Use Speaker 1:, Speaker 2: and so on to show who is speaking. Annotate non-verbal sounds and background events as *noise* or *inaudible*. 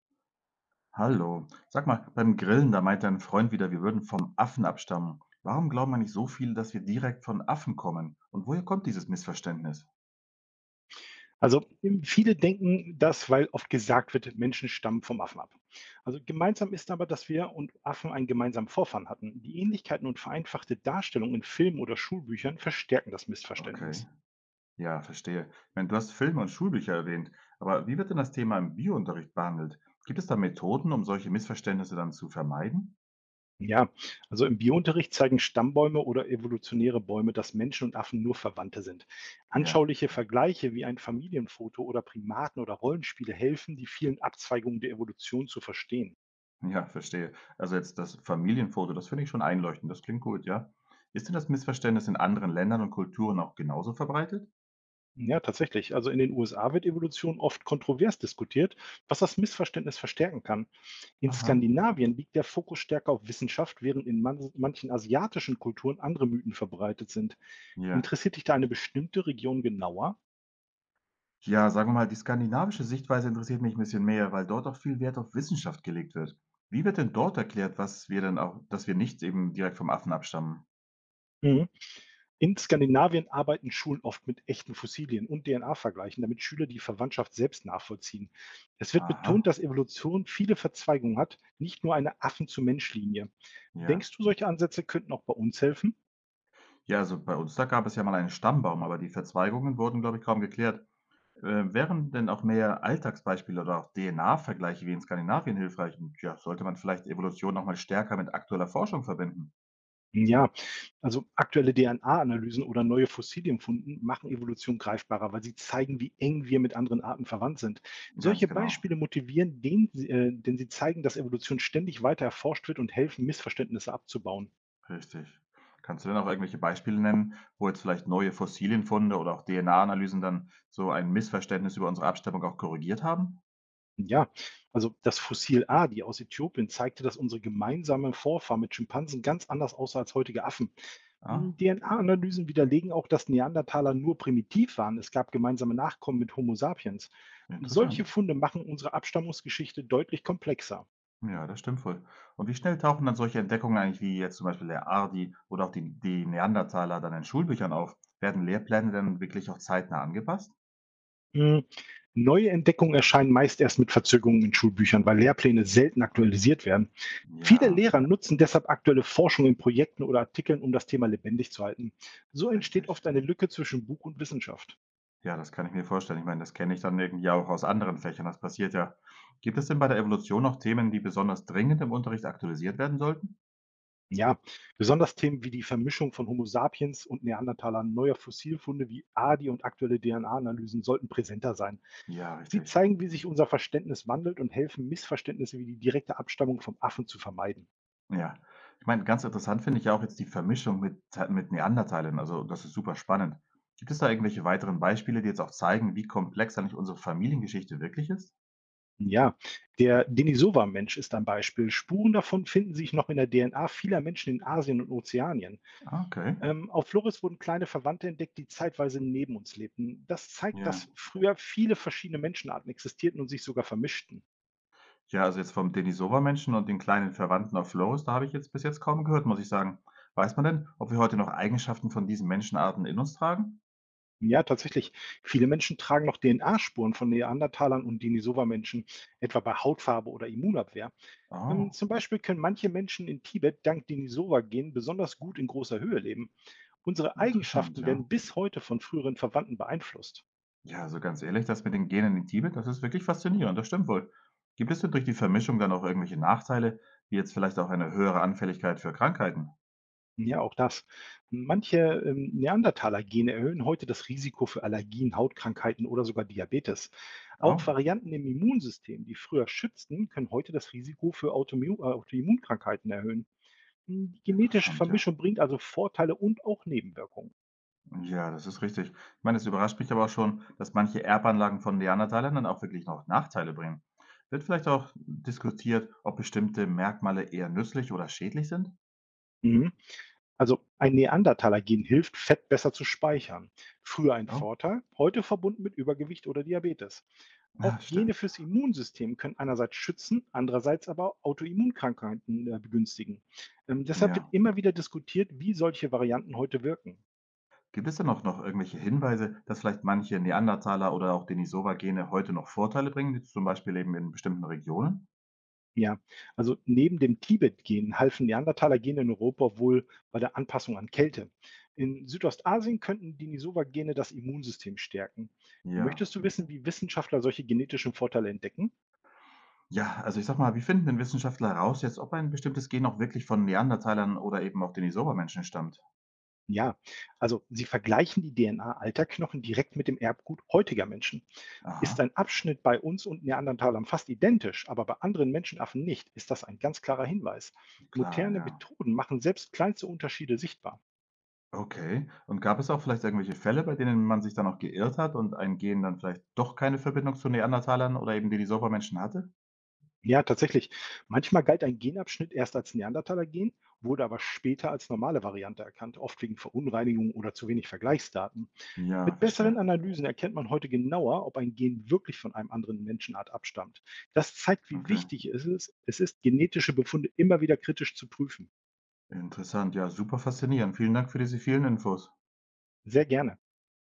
Speaker 1: Hallo. Sag mal, beim Grillen, da meinte ein Freund wieder, wir würden vom Affen abstammen. Warum glauben eigentlich so viele, dass wir direkt von Affen kommen? Und woher kommt dieses Missverständnis?
Speaker 2: Also viele denken das, weil oft gesagt wird, Menschen stammen vom Affen ab. Also gemeinsam ist aber, dass wir und Affen einen gemeinsamen Vorfahren hatten. Die Ähnlichkeiten und vereinfachte Darstellung in Filmen oder Schulbüchern verstärken das
Speaker 1: Okay.
Speaker 2: Missverständnis.
Speaker 1: Ja, verstehe. Ich meine, du hast Filme und Schulbücher erwähnt, aber wie wird denn das Thema im Biounterricht behandelt? Gibt es da Methoden, um solche Missverständnisse dann zu vermeiden?
Speaker 2: Ja, also im Biounterricht zeigen Stammbäume oder evolutionäre Bäume, dass Menschen und Affen nur Verwandte sind.
Speaker 1: Ja,
Speaker 2: Anschauliche Vergleiche wie ein Familienfoto oder Primaten oder Rollenspiele helfen, die vielen Abzweigungen der Evolution zu verstehen.
Speaker 1: ja, verstehe. Also jetzt das Familienfoto, das finde ich schon einleuchtend. Das klingt gut, ja. Ist denn das Missverständnis in anderen Ländern und Kulturen auch genauso verbreitet?
Speaker 2: Ja, tatsächlich. Also in den USA wird Evolution oft kontrovers diskutiert, was das Missverständnis verstärken kann. In
Speaker 1: Aha.
Speaker 2: Skandinavien liegt der Fokus stärker auf Wissenschaft, während in man manchen asiatischen Kulturen andere Mythen verbreitet sind.
Speaker 1: Ja.
Speaker 2: Interessiert dich da eine bestimmte Region genauer?
Speaker 1: Ja, sagen wir mal, die skandinavische Sichtweise interessiert mich ein bisschen mehr, weil dort auch viel Wert auf Wissenschaft gelegt wird. Wie wird denn dort erklärt, was wir denn auch dass wir nicht eben direkt vom Affen abstammen?
Speaker 2: Mhm. In Skandinavien arbeiten Schulen oft mit echten Fossilien und DNA-Vergleichen, damit Schüler die Verwandtschaft selbst nachvollziehen. Es wird
Speaker 1: Aha,
Speaker 2: betont, dass Evolution viele Verzweigungen hat, nicht nur eine Affen-zu-Mensch-Linie.
Speaker 1: ja.
Speaker 2: Denkst du, solche Ansätze könnten auch bei uns helfen?
Speaker 1: Ja, also bei uns, da gab es ja mal einen Stammbaum, aber die Verzweigungen wurden, glaube ich, kaum geklärt. Wären denn auch mehr Alltagsbeispiele oder auch DNA-Vergleiche wie in Skandinavien hilfreich? Und ja, sollte man vielleicht Evolution noch mal stärker mit aktueller Forschung verbinden?
Speaker 2: Ja, also aktuelle DNA-Analysen oder neue Fossilienfunden machen Evolution greifbarer, weil sie zeigen, wie eng wir mit anderen Arten verwandt sind.
Speaker 1: Ganz
Speaker 2: Solche
Speaker 1: genau.
Speaker 2: Beispiele motivieren, denn sie zeigen, dass Evolution ständig weiter erforscht wird und helfen, Missverständnisse abzubauen.
Speaker 1: Richtig. Kannst du denn auch irgendwelche Beispiele nennen, wo jetzt vielleicht neue Fossilienfunde oder auch DNA-Analysen dann so ein Missverständnis über unsere Abstammung auch korrigiert haben?
Speaker 2: Ja, also das Fossil A, die aus Äthiopien, zeigte, dass unsere gemeinsame Vorfahren mit Schimpansen ganz anders aussah als heutige Affen.
Speaker 1: Ja,
Speaker 2: DNA-Analysen widerlegen auch, dass Neandertaler nur primitiv waren. Es gab gemeinsame Nachkommen mit Homo sapiens. Solche
Speaker 1: interessant.
Speaker 2: Funde machen unsere Abstammungsgeschichte deutlich komplexer.
Speaker 1: Ja, das stimmt wohl. Und wie schnell tauchen dann solche Entdeckungen eigentlich wie jetzt zum Beispiel der Ardi oder auch die Neandertaler dann in Schulbüchern auf? Werden Lehrpläne dann wirklich auch zeitnah angepasst?
Speaker 2: Hm, Neue Entdeckungen erscheinen meist erst mit Verzögerungen in Schulbüchern, weil Lehrpläne selten aktualisiert werden. Viele
Speaker 1: Ja,
Speaker 2: Lehrer nutzen deshalb aktuelle Forschung in Projekten oder Artikeln, um das Thema lebendig zu halten. So entsteht
Speaker 1: richtig.
Speaker 2: oft eine Lücke zwischen Buch und Wissenschaft.
Speaker 1: Ja, das kann ich mir vorstellen. Ich meine, das kenne ich dann irgendwie auch aus anderen Fächern. Das passiert ja. Gibt es denn bei der Evolution noch Themen, die besonders dringend im Unterricht aktualisiert werden sollten?
Speaker 2: Ja, besonders Themen wie die Vermischung von Homo sapiens und Neandertalern, neuer Fossilfunde wie Adi und aktuelle DNA-Analysen sollten präsenter sein.
Speaker 1: Ja,
Speaker 2: Sie
Speaker 1: richtig.
Speaker 2: zeigen, wie sich unser Verständnis wandelt und helfen, Missverständnisse wie die direkte Abstammung vom Affen zu vermeiden.
Speaker 1: Ja. Ich meine, ganz interessant finde ich ja auch jetzt die Vermischung mit Tei mit Neandertalern. Also, das ist super spannend. Gibt es da irgendwelche weiteren Beispiele, die jetzt auch zeigen, wie komplex eigentlich unsere Familiengeschichte wirklich ist?
Speaker 2: Ja, der Denisova-Mensch ist ein Beispiel. Spuren davon finden sich noch in der DNA vieler Menschen in Asien und Ozeanien.
Speaker 1: Ah, okay.
Speaker 2: Auf Flores wurden kleine Verwandte entdeckt, die zeitweise neben uns lebten. Das zeigt,
Speaker 1: Ja.
Speaker 2: dass früher viele verschiedene Menschenarten existierten und sich sogar vermischten.
Speaker 1: Ja, also jetzt vom Denisova-Menschen und den kleinen Verwandten auf Flores, da habe ich jetzt bis jetzt kaum gehört, muss ich sagen. Weiß man denn, ob wir heute noch Eigenschaften von diesen Menschenarten in uns tragen?
Speaker 2: Ja, tatsächlich. Viele Menschen tragen noch DNA-Spuren von Neandertalern und Denisova-Menschen, etwa bei Hautfarbe oder Immunabwehr.
Speaker 1: Oh,
Speaker 2: Zum Beispiel können manche Menschen in Tibet dank Denisova-Gen besonders gut in großer Höhe leben. Unsere
Speaker 1: interessant,
Speaker 2: Eigenschaften
Speaker 1: ja.
Speaker 2: werden bis heute von früheren Verwandten beeinflusst.
Speaker 1: Ja, also ganz ehrlich, das mit den Genen in Tibet, das ist wirklich faszinierend, das stimmt wohl. Gibt es denn durch die Vermischung dann auch irgendwelche Nachteile, wie jetzt vielleicht auch eine höhere Anfälligkeit für Krankheiten?
Speaker 2: Ja, auch das. Manche Neandertaler-Gene erhöhen heute das Risiko für Allergien, Hautkrankheiten oder sogar Diabetes. Auch
Speaker 1: Oh,
Speaker 2: Varianten im Immunsystem, die früher schützten, können heute das Risiko für Autoimmunkrankheiten erhöhen. Die genetische
Speaker 1: interessant, ja.
Speaker 2: Vermischung bringt also Vorteile und auch Nebenwirkungen.
Speaker 1: Ja, das ist richtig. Ich meine, es überrascht mich aber auch schon, dass manche Erbanlagen von Neandertalern dann auch wirklich noch Nachteile bringen. Wird vielleicht auch diskutiert, ob bestimmte Merkmale eher nützlich oder schädlich sind?
Speaker 2: Mhm. Also ein Neandertaler-Gen hilft, Fett besser zu speichern. Früher ein
Speaker 1: Oh,
Speaker 2: Vorteil, heute verbunden mit Übergewicht oder Diabetes.
Speaker 1: *laughs* ja,
Speaker 2: Auch Gene
Speaker 1: stimmt.
Speaker 2: fürs Immunsystem können einerseits schützen, andererseits aber Autoimmunkrankheiten begünstigen. Deshalb wird
Speaker 1: Ja.
Speaker 2: immer wieder diskutiert, wie solche Varianten heute wirken.
Speaker 1: Gibt es denn auch noch irgendwelche Hinweise, dass vielleicht manche Neandertaler oder auch Denisova-Gene heute noch Vorteile bringen, jetzt zum Beispiel eben in bestimmten Regionen?
Speaker 2: Ja, also neben dem Tibet-Gen halfen Neandertaler-Gene in Europa wohl bei der Anpassung an Kälte. In Südostasien könnten die Nisova-Gene das Immunsystem stärken.
Speaker 1: Ja.
Speaker 2: Möchtest du wissen, wie Wissenschaftler solche genetischen Vorteile entdecken?
Speaker 1: Ja, also ich sag mal, wie finden denn Wissenschaftler heraus jetzt, ob ein bestimmtes Gen auch wirklich von Neandertalern oder eben auch Denisova-Menschen stammt?
Speaker 2: Ja, also sie vergleichen die DNA alter Knochen direkt mit dem Erbgut heutiger Menschen. Ist
Speaker 1: Aha,
Speaker 2: ein Abschnitt bei uns und Neandertalern fast identisch, aber bei anderen Menschenaffen nicht, ist das ein ganz klarer Hinweis.
Speaker 1: klar,
Speaker 2: Moderne
Speaker 1: ja.
Speaker 2: Methoden machen selbst kleinste Unterschiede sichtbar.
Speaker 1: Okay. Und gab es auch vielleicht irgendwelche Fälle, bei denen man sich dann auch geirrt hat und ein Gen dann vielleicht doch keine Verbindung zu Neandertalern oder eben Denisova-Menschen hatte?
Speaker 2: Ja, tatsächlich. Manchmal galt ein Genabschnitt erst als Neandertaler-Gen, wurde aber später als normale Variante erkannt, oft wegen Verunreinigungen oder zu wenig Vergleichsdaten.
Speaker 1: Ja,
Speaker 2: Mit besseren
Speaker 1: verstehe.
Speaker 2: Analysen erkennt man heute genauer, ob ein Gen wirklich von einem anderen Menschenart abstammt. Das zeigt, wie
Speaker 1: Okay.
Speaker 2: wichtig es ist, genetische Befunde immer wieder kritisch zu prüfen.
Speaker 1: Interessant. Ja, super faszinierend. Vielen Dank für diese vielen Infos.
Speaker 2: Sehr gerne.